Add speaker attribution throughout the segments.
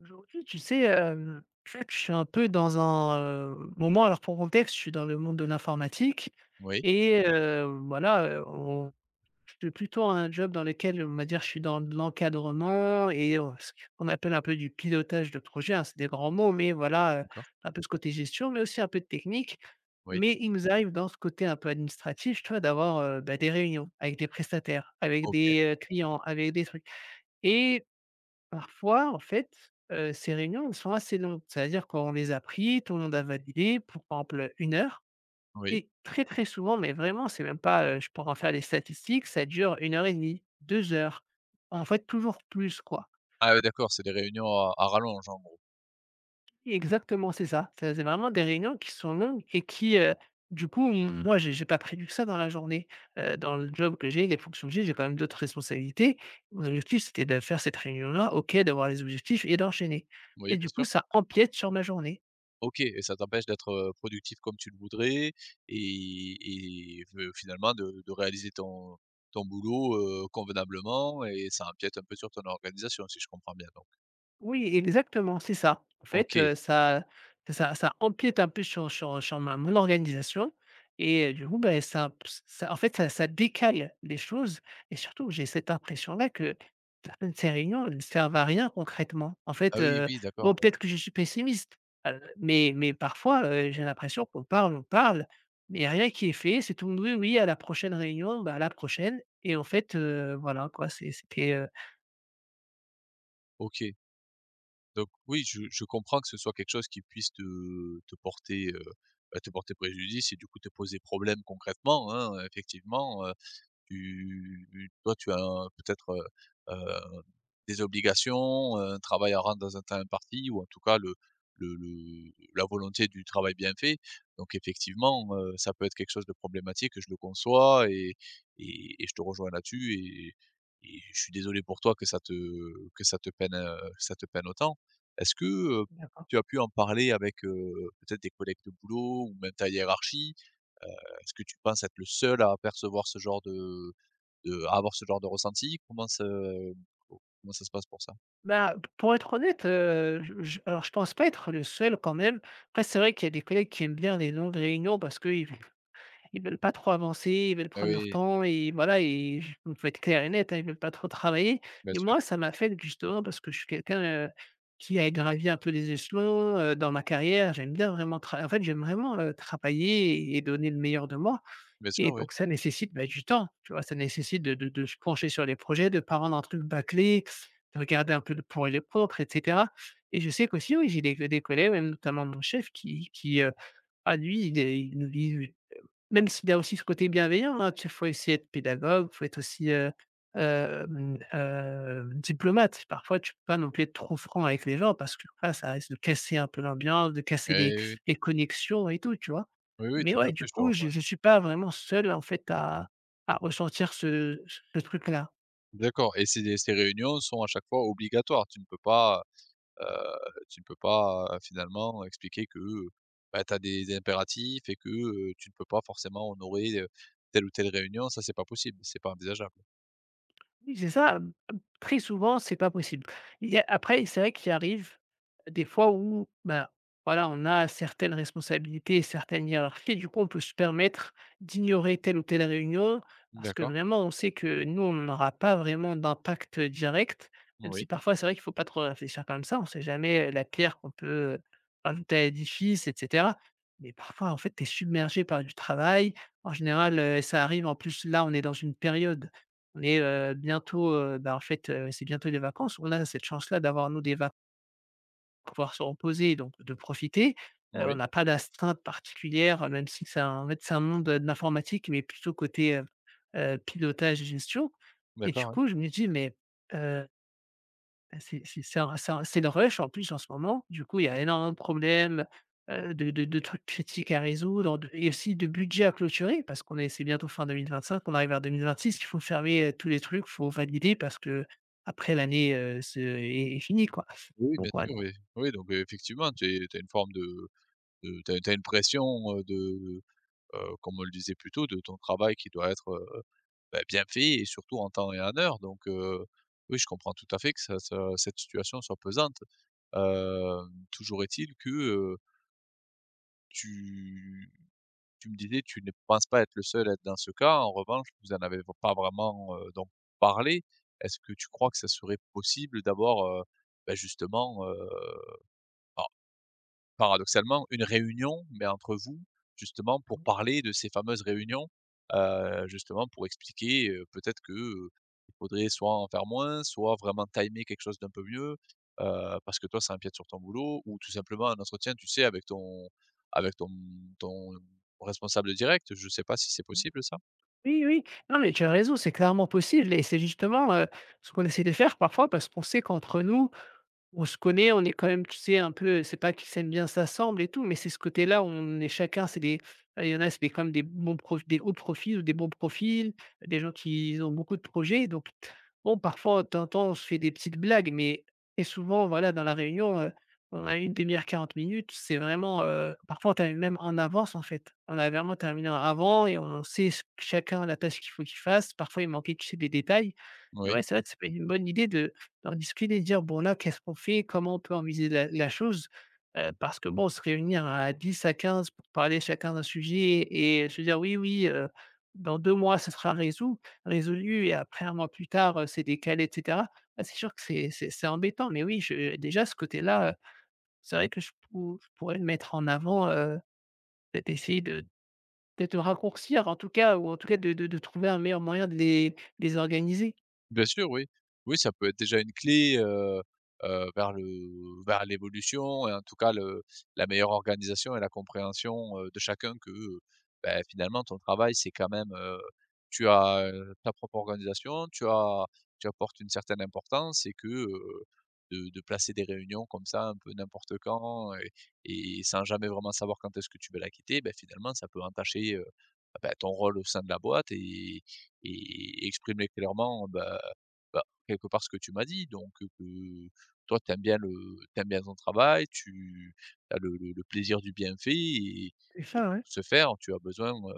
Speaker 1: Aujourd'hui, je sais que je suis un peu dans un moment. Alors pour contexte, je suis dans le monde de l'informatique
Speaker 2: Oui,
Speaker 1: et voilà, on j'ai plutôt un job dans lequel, on va dire, je suis dans de l'encadrement et ce qu'on appelle un peu du pilotage de projet, hein, c'est des grands mots, mais voilà,
Speaker 2: d'accord,
Speaker 1: un peu ce côté gestion, mais aussi un peu de technique.
Speaker 2: oui,
Speaker 1: Mais il nous arrive dans ce côté un peu administratif, tu vois, d'avoir des réunions avec des prestataires, avec
Speaker 2: OK,
Speaker 1: des clients, avec des trucs. Et Parfois, en fait, heu, ces réunions, elles sont assez longues. C'est à dire qu'on les a pris, tout le monde a validé pour, par exemple, une heure
Speaker 2: oui.
Speaker 1: et très, très souvent, mais vraiment, c'est même pas, je pourrais en faire les statistiques, ça dure une heure et demie, 2 heures. En fait, toujours plus, quoi.
Speaker 2: Ah ouais, d'accord, c'est des réunions à rallonge en gros.
Speaker 1: Exactement, c'est ça. Ça c'est vraiment des réunions qui sont longues et qui, du coup, m moi, j'ai pas prévu que ça dans la journée. Dans le job que j'ai, les fonctions que j'ai quand même d'autres responsabilités. Mon objectif, c'était de faire cette réunion-là, OK, d'avoir les objectifs et d'enchaîner,
Speaker 2: Oui,
Speaker 1: et
Speaker 2: bien
Speaker 1: du coup,
Speaker 2: sûr.
Speaker 1: ça empiète sur ma journée.
Speaker 2: OK, et ça t'empêche d'être, productif comme tu le voudrais et et ve finalement de réaliser ton ton boulot, convenablement, et ça empiète un peu sur ton organisation, si je comprends bien donc.
Speaker 1: Oui, exactement, c'est ça. En fait,
Speaker 2: OK.
Speaker 1: heu, ça ça ça empiète un peu sur sur sur ma mon organisation et du coup, ben ça ça en fait, ça ça décale les choses, et surtout, j'ai cette impression-là que certaines de ces réunions, elles ne servent à rien concrètement. En
Speaker 2: Ah
Speaker 1: fait,
Speaker 2: oui, oui, d'accord,
Speaker 1: bon,
Speaker 2: ouais.
Speaker 1: peut-être que je suis pessimiste, mais parfois, j'ai l'impression qu'on parle, on parle, mais il y a rien qui est fait. C'est tout: «Oui, oui, à la prochaine réunion, bah, à la prochaine», et en fait, voilà quoi, c'était,
Speaker 2: OK. Donc oui, je comprends que ce soit quelque chose qui puisse te te porter, bah, te porter préjudice et du coup te poser problème concrètement, hein, effectivement. Tu Toi, tu as peut-être, heu, des obligations, un travail à rendre dans un temps imparti, ou en tout cas le la volonté du travail bien fait. Donc effectivement, ça peut être quelque chose de problématique, je le conçois, et et je te rejoins là-dessus, et je suis désolé pour toi que ça te peine autant. Est-ce que,
Speaker 1: heu
Speaker 2: tu as pu en parler avec, peut-être des collègues de boulot ou même ta hiérarchie? Heu, est-ce que tu penses être le seul à percevoir ce genre de à avoir ce genre de ressenti? Comment se comment ça se passe pour ça?
Speaker 1: Bah, pour être honnête, je alors je pense pas être le seul quand même. Après c'est vrai qu'il y a des collègues qui aiment bien les longues réunions parce qu'ils ils veulent pas trop avancer, ils veulent
Speaker 2: Ah
Speaker 1: prendre leur
Speaker 2: oui,
Speaker 1: temps et voilà, et j il faut être clair et net, hein, ils veulent pas trop travailler,
Speaker 2: bien
Speaker 1: et
Speaker 2: sûr,
Speaker 1: moi ça m'affecte justement parce que je suis quelqu'un, qui a gravi un peu les échelons, dans ma carrière. J'aime vraiment, travailler et donner le meilleur de moi,
Speaker 2: bien sûr,
Speaker 1: et
Speaker 2: oui.
Speaker 1: donc ça nécessite, bah, du temps, tu vois? Ça nécessite de se pencher sur les projets, de ne pas rendre un truc bâclé, de regarder un peu le pour et le contre et cetera. Et je sais qu'aussi, oui, j'ai des collègues, même notamment mon chef qui, ah lui, il est il même s'il y a aussi ce côté bienveillant, hein, tu faut essayer d'être pédagogue, faut être aussi, diplomate. Parfois, tu peux pas non plus être trop franc avec les gens parce que là, ça risque de casser un peu l'ambiance, de casser
Speaker 2: Eh
Speaker 1: des
Speaker 2: oui, oui.
Speaker 1: les connexions et tout, tu vois?
Speaker 2: Oui, oui,
Speaker 1: Mais
Speaker 2: tout à
Speaker 1: ouais,
Speaker 2: fait,
Speaker 1: du
Speaker 2: je te
Speaker 1: coup,
Speaker 2: rejoins.
Speaker 1: je suis pas vraiment seul, en fait, à ressentir ce truc-là.
Speaker 2: D'accord, et ces ces réunions sont à chaque fois obligatoires? Tu ne peux pas, heu, tu ne peux pas, finalement expliquer que, bah, tu as des impératifs et que, tu ne peux pas forcément honorer, telle ou telle réunion, ça c'est pas possible, c'est pas envisageable?
Speaker 1: Oui, c'est ça. Très souvent, c'est pas possible. Il y a, après, c'est vrai qu'il arrive des fois où, ben voilà, on a certaines responsabilités, certaines hiérarchies, du coup, on peut se permettre d'ignorer telle ou telle réunion parce que
Speaker 2: D'accord,
Speaker 1: vraiment, on sait que nous, on n'aura pas vraiment d'impact direct, même si
Speaker 2: oui,
Speaker 1: parfois, c'est vrai qu'il ne faut pas trop réfléchir comme ça. On ne sait jamais, la pierre qu'on peut ajouter à l'édifice et cetera. Mais parfois, en fait, tu es submergé par du travail. En général, ça arrive. En plus là, on est dans une période, on est, bientôt, bah, en fait, c'est bientôt les vacances. On a cette chance-là d'avoir nous des vacances pour pouvoir se reposer, donc de profiter. On
Speaker 2: oui,
Speaker 1: n'a pas d'astreinte particulière, même si c'est un monde de l'informatique, mais plutôt côté, pilotage et gestion, et du
Speaker 2: d'accord.
Speaker 1: coup, je me dis: «Mais, heu» Bah, c'est le rush en plus en ce moment. Du coup, il y a énormément de problèmes, de trucs critiques à résoudre de et aussi de budget à clôturer parce qu'on est c'est bientôt fin deux mille vingt cinq, on arrive vers deux mille vingt six, il faut fermer, tous les trucs, il faut valider parce que après l'année, se est est finie quoi.
Speaker 2: Oui, bien
Speaker 1: Donc ouais.
Speaker 2: sûr, oui. Oui, donc effectivement, tu as une forme de tu as une pression, heu, de, comme on le disait plus tôt, de ton travail qui doit être, bah, bien fait, et surtout en temps et en heure. Donc oui, je comprends tout à fait que ça ça cette situation soit pesante. Toujours est-il que, tu tu me disais, tu ne penses pas être le seul à être dans ce cas. En revanche, vous en avez pas vraiment, donc parlé. Est-ce que tu crois que ça serait possible d'avoir, justement, paradoxalement, une réunion, mais entre vous, justement, pour parler de ces fameuses réunions, justement pour expliquer, peut-être que, il faudrait soit en faire moins, soit vraiment timer quelque chose d'un peu mieux, parce que toi, ça empiète sur ton boulot, ou tout simplement un entretien, tu sais, avec ton ton responsable direct. Je ne sais pas si c'est possible ça?
Speaker 1: Oui, oui, non mais tu as raison, c'est clairement possible et c'est justement, ce qu'on essaie de faire parfois parce qu'on sait qu'entre nous on se connaît, on est quand même, tu sais, un peu, c'est pas qui s'aime bien s'assemble et tout, mais c'est ce côté-là où on est chacun, c'est des il y en a, c'est des quand même des bons prof des hauts profils ou des bons profils, des gens qui ont beaucoup de projets, donc bon, parfois, de temps en temps, on se fait des petites blagues, mais et souvent, voilà, dans la réunion, on a une demi heure, 40 minutes, c'est vraiment, parfois, on termine même en avance, en fait. On a vraiment terminé en avant et on sait ch chacun la tâche qu'il faut qu'il fasse. Parfois, il manquait, tu sais, des détails. Et
Speaker 2: Oui.
Speaker 1: ouais, c'est vrai que ça une bonne idée de d'en discuter et dire: «Bon là, qu'est-ce qu'on fait? Comment on peut envisager la chose?» Parce que bon, se réunir à 10 à 15 pour parler chacun d'un sujet et se dire: «Oui, oui, dans 2 mois, ça sera résolu, et après un mois plus tard, c'est décalé» et cetera. Bah, c'est sûr que c'est embêtant, mais oui, je déjà ce côté-là, c'est vrai que je pourrais le mettre en avant, peut-être essayer de peut-être de raccourcir, en tout cas, ou en tout cas de trouver un meilleur moyen de les organiser.
Speaker 2: Bien sûr, oui. Oui, ça peut être déjà une clé, vers le vers l'évolution, et en tout cas le la meilleure organisation et la compréhension, de chacun, que, beh, finalement ton travail c'est quand même, tu as, ta propre organisation, tu as tu apportes une certaine importance, et que, de placer des réunions comme ça un peu n'importe quand, et sans jamais vraiment savoir quand est-ce que tu vas la quitter, beh, finalement ça peut entacher, bah, ton rôle au sein de la boîte, et exprimer clairement, bah, bah, quelque part ce que tu m'as dit, donc que toi tu aimes bien le t'aimes bien ton travail, tu as le plaisir du bien fait,
Speaker 1: C'est
Speaker 2: et
Speaker 1: ça,
Speaker 2: pour
Speaker 1: ouais.
Speaker 2: ce faire, tu as besoin,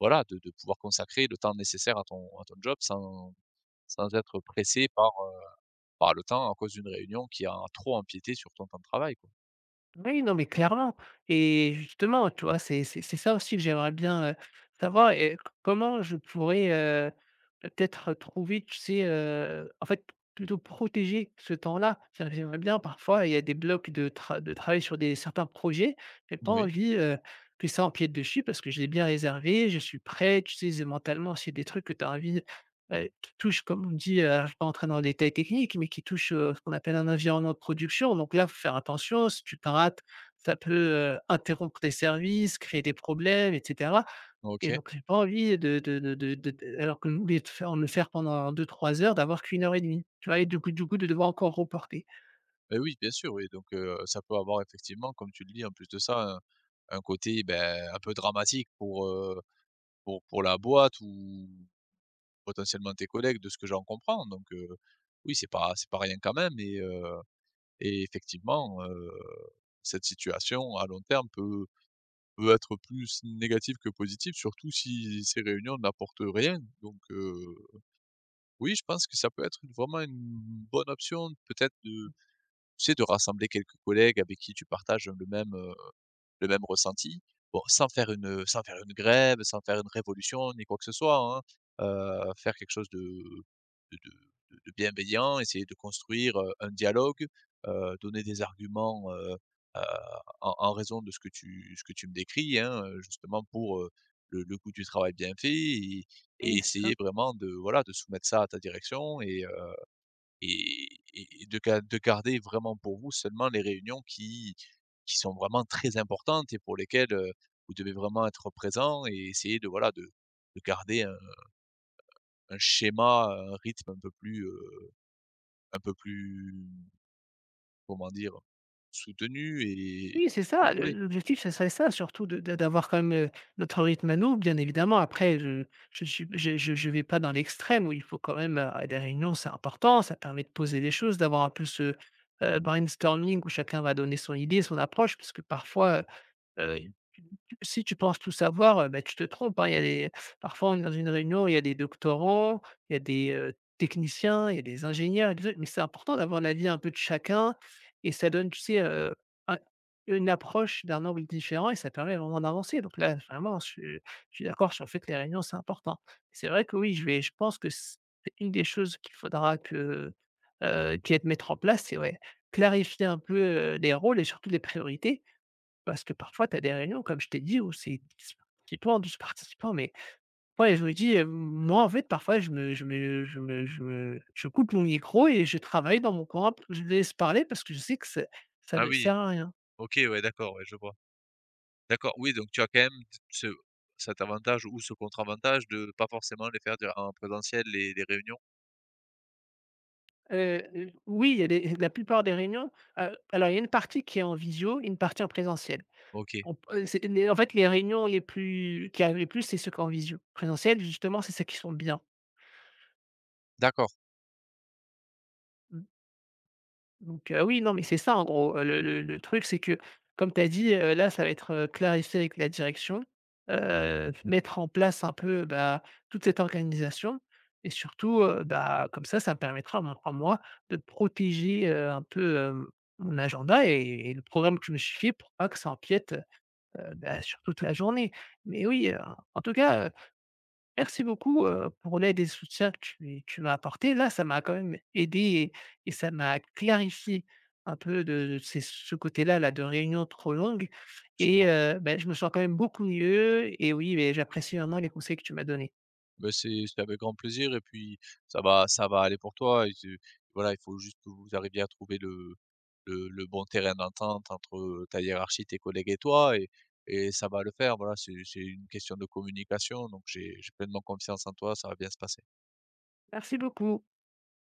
Speaker 2: voilà, de pouvoir consacrer le temps nécessaire à ton job, sans sans être pressé par, par le temps, à cause d'une réunion qui a trop empiété sur ton temps de travail, quoi.
Speaker 1: Oui, non, mais clairement, et justement, tu vois, c'est ça aussi que j'aimerais bien, savoir. Et c comment je pourrais, peut-être trouver, tu sais, plutôt protéger ce temps-là. C'est-à-dire que j'aimerais bien parfois, il y a des blocs de travail sur des certains projets, j'ai pas
Speaker 2: Moui,
Speaker 1: envie, que ça empiète dessus parce que je l'ai bien réservé, je suis prêt, tu sais, mentalement, c'est des trucs que tu as envie. Qui touche, comme on dit, alors je ne vais pas rentrer dans le détails techniques mais qui touche, ce qu'on appelle un environnement de production. Donc là, il faut faire attention, si tu te rates, ça peut, interrompre tes services, créer des problèmes etc, et
Speaker 2: OK.
Speaker 1: donc j'ai pas envie de alors que nous, les de faire le faire pendant deux trois heures, d'avoir qu'une heure et demie, tu vois? Et du coup, de devoir encore reporter.
Speaker 2: Beh, oui, bien sûr, oui, donc ça peut avoir effectivement, comme tu le dis, en plus de ça, un côté, ben un peu dramatique pour la boîte ou potentiellement tes collègues, de ce que j'en comprends, donc oui, c'est pas rien quand même, et et effectivement, cette situation à long terme peut peut être plus négative que positive, surtout si ces réunions n'apportent rien, donc oui, je pense que ça peut être une vraiment une bonne option peut-être de tu sais, de rassembler quelques collègues avec qui tu partages le même ressenti. Bon, sans faire une, sans faire une grève, sans faire une révolution ni quoi que ce soit, hein. Faire quelque chose de de bienveillant, essayer de construire, un dialogue, donner des arguments, heu, en en raison de ce que tu me décris, hein, justement pour, le coût du travail bien fait, et
Speaker 1: Oui, c'est ça.
Speaker 2: essayer vraiment de, voilà, de soumettre ça à ta direction, et et de ga de garder vraiment pour vous seulement les réunions qui sont vraiment très importantes et pour lesquelles, vous devez vraiment être présent, et essayer de, voilà, de garder un schéma, un rythme un peu plus, comment dire? Soutenu et
Speaker 1: Oui, c'est ça, le
Speaker 2: contrôlé.
Speaker 1: l'objectif, ce serait ça, surtout de d'avoir quand même, notre rythme à nous. Bien évidemment, après, je suis je vais pas dans l'extrême où il faut quand même, des réunions, c'est important, ça permet de poser des choses, d'avoir un peu ce, brainstorming où chacun va donner son idée, son approche, parce que parfois, Heu, si tu penses tout savoir, bah, tu te trompes, hein. Il y a des Parfois, on est dans une réunion, il y a des doctorants, il y a des techniciens, il y a des ingénieurs et tout ça, mais c'est important d'avoir l'avis un peu de chacun, et ça donne, tu sais, un une approche d'un angle différent et ça permet vraiment d'avancer. Donc là, vraiment, je suis d'accord sur le fait que les réunions, c'est important. C'est vrai que oui, je pense que c'est une des choses qu'il faudra que, qu'il y de mettre en place, c'est ouais, clarifier un peu, les rôles et surtout les priorités, parce que parfois, tu as des réunions, comme je t'ai dit, où c'est 10 participants, 12 participants, mais ouais, je me dis, moi, en fait, parfois, je me je me je me je me je coupe mon micro et je travaille dans mon coin, je laisse parler parce que je sais que c'est ça
Speaker 2: Ah
Speaker 1: ne
Speaker 2: oui,
Speaker 1: sert à rien.
Speaker 2: OK, ouais, d'accord, ouais, je vois. D'accord, oui, donc tu as quand même ce cet avantage ou ce contre-avantage de pas forcément les faire de en présentiel les réunions?
Speaker 1: L Oui, il y a des la plupart des réunions, alors il y a une partie qui est en visio, une partie en présentiel.
Speaker 2: OK,
Speaker 1: On p c'est les en fait, Les réunions les plus qui arrivent le plus, c'est ceux qui sont en visio. Présentiel, justement, c'est ceux qui sont bien.
Speaker 2: d'accord.
Speaker 1: Mmh. Donc oui, non, mais c'est ça en gros, le truc, c'est que comme tu as dit, là, ça va être, clarifié avec la direction, mettre en place un peu, bah, toute cette organisation, et surtout, bah, comme ça me permettra moi de protéger, un peu, mon agenda et le programme que je me suis fait pour pas que ça empiète, bah, sur toute la journée. Mais oui, en tout cas, merci beaucoup, pour l'aide et le soutien que tu m'as apporté. Là, ça m'a quand même aidé et ça m'a clarifié un peu de ces ce côté-là là de réunions trop longues, et bah, je me sens quand même beaucoup mieux et oui, mais j'apprécie vraiment les conseils que tu m'as donnés.
Speaker 2: Bah, c'est avec grand plaisir, et puis ça va aller pour toi, et tu voilà, il faut juste que vous arriviez à trouver le bon terrain d'entente entre, ta hiérarchie, tes collègues et toi, et ça va le faire. Voilà, c'est une question de communication, donc j'ai pleinement confiance en toi, ça va bien se passer.
Speaker 1: Merci beaucoup.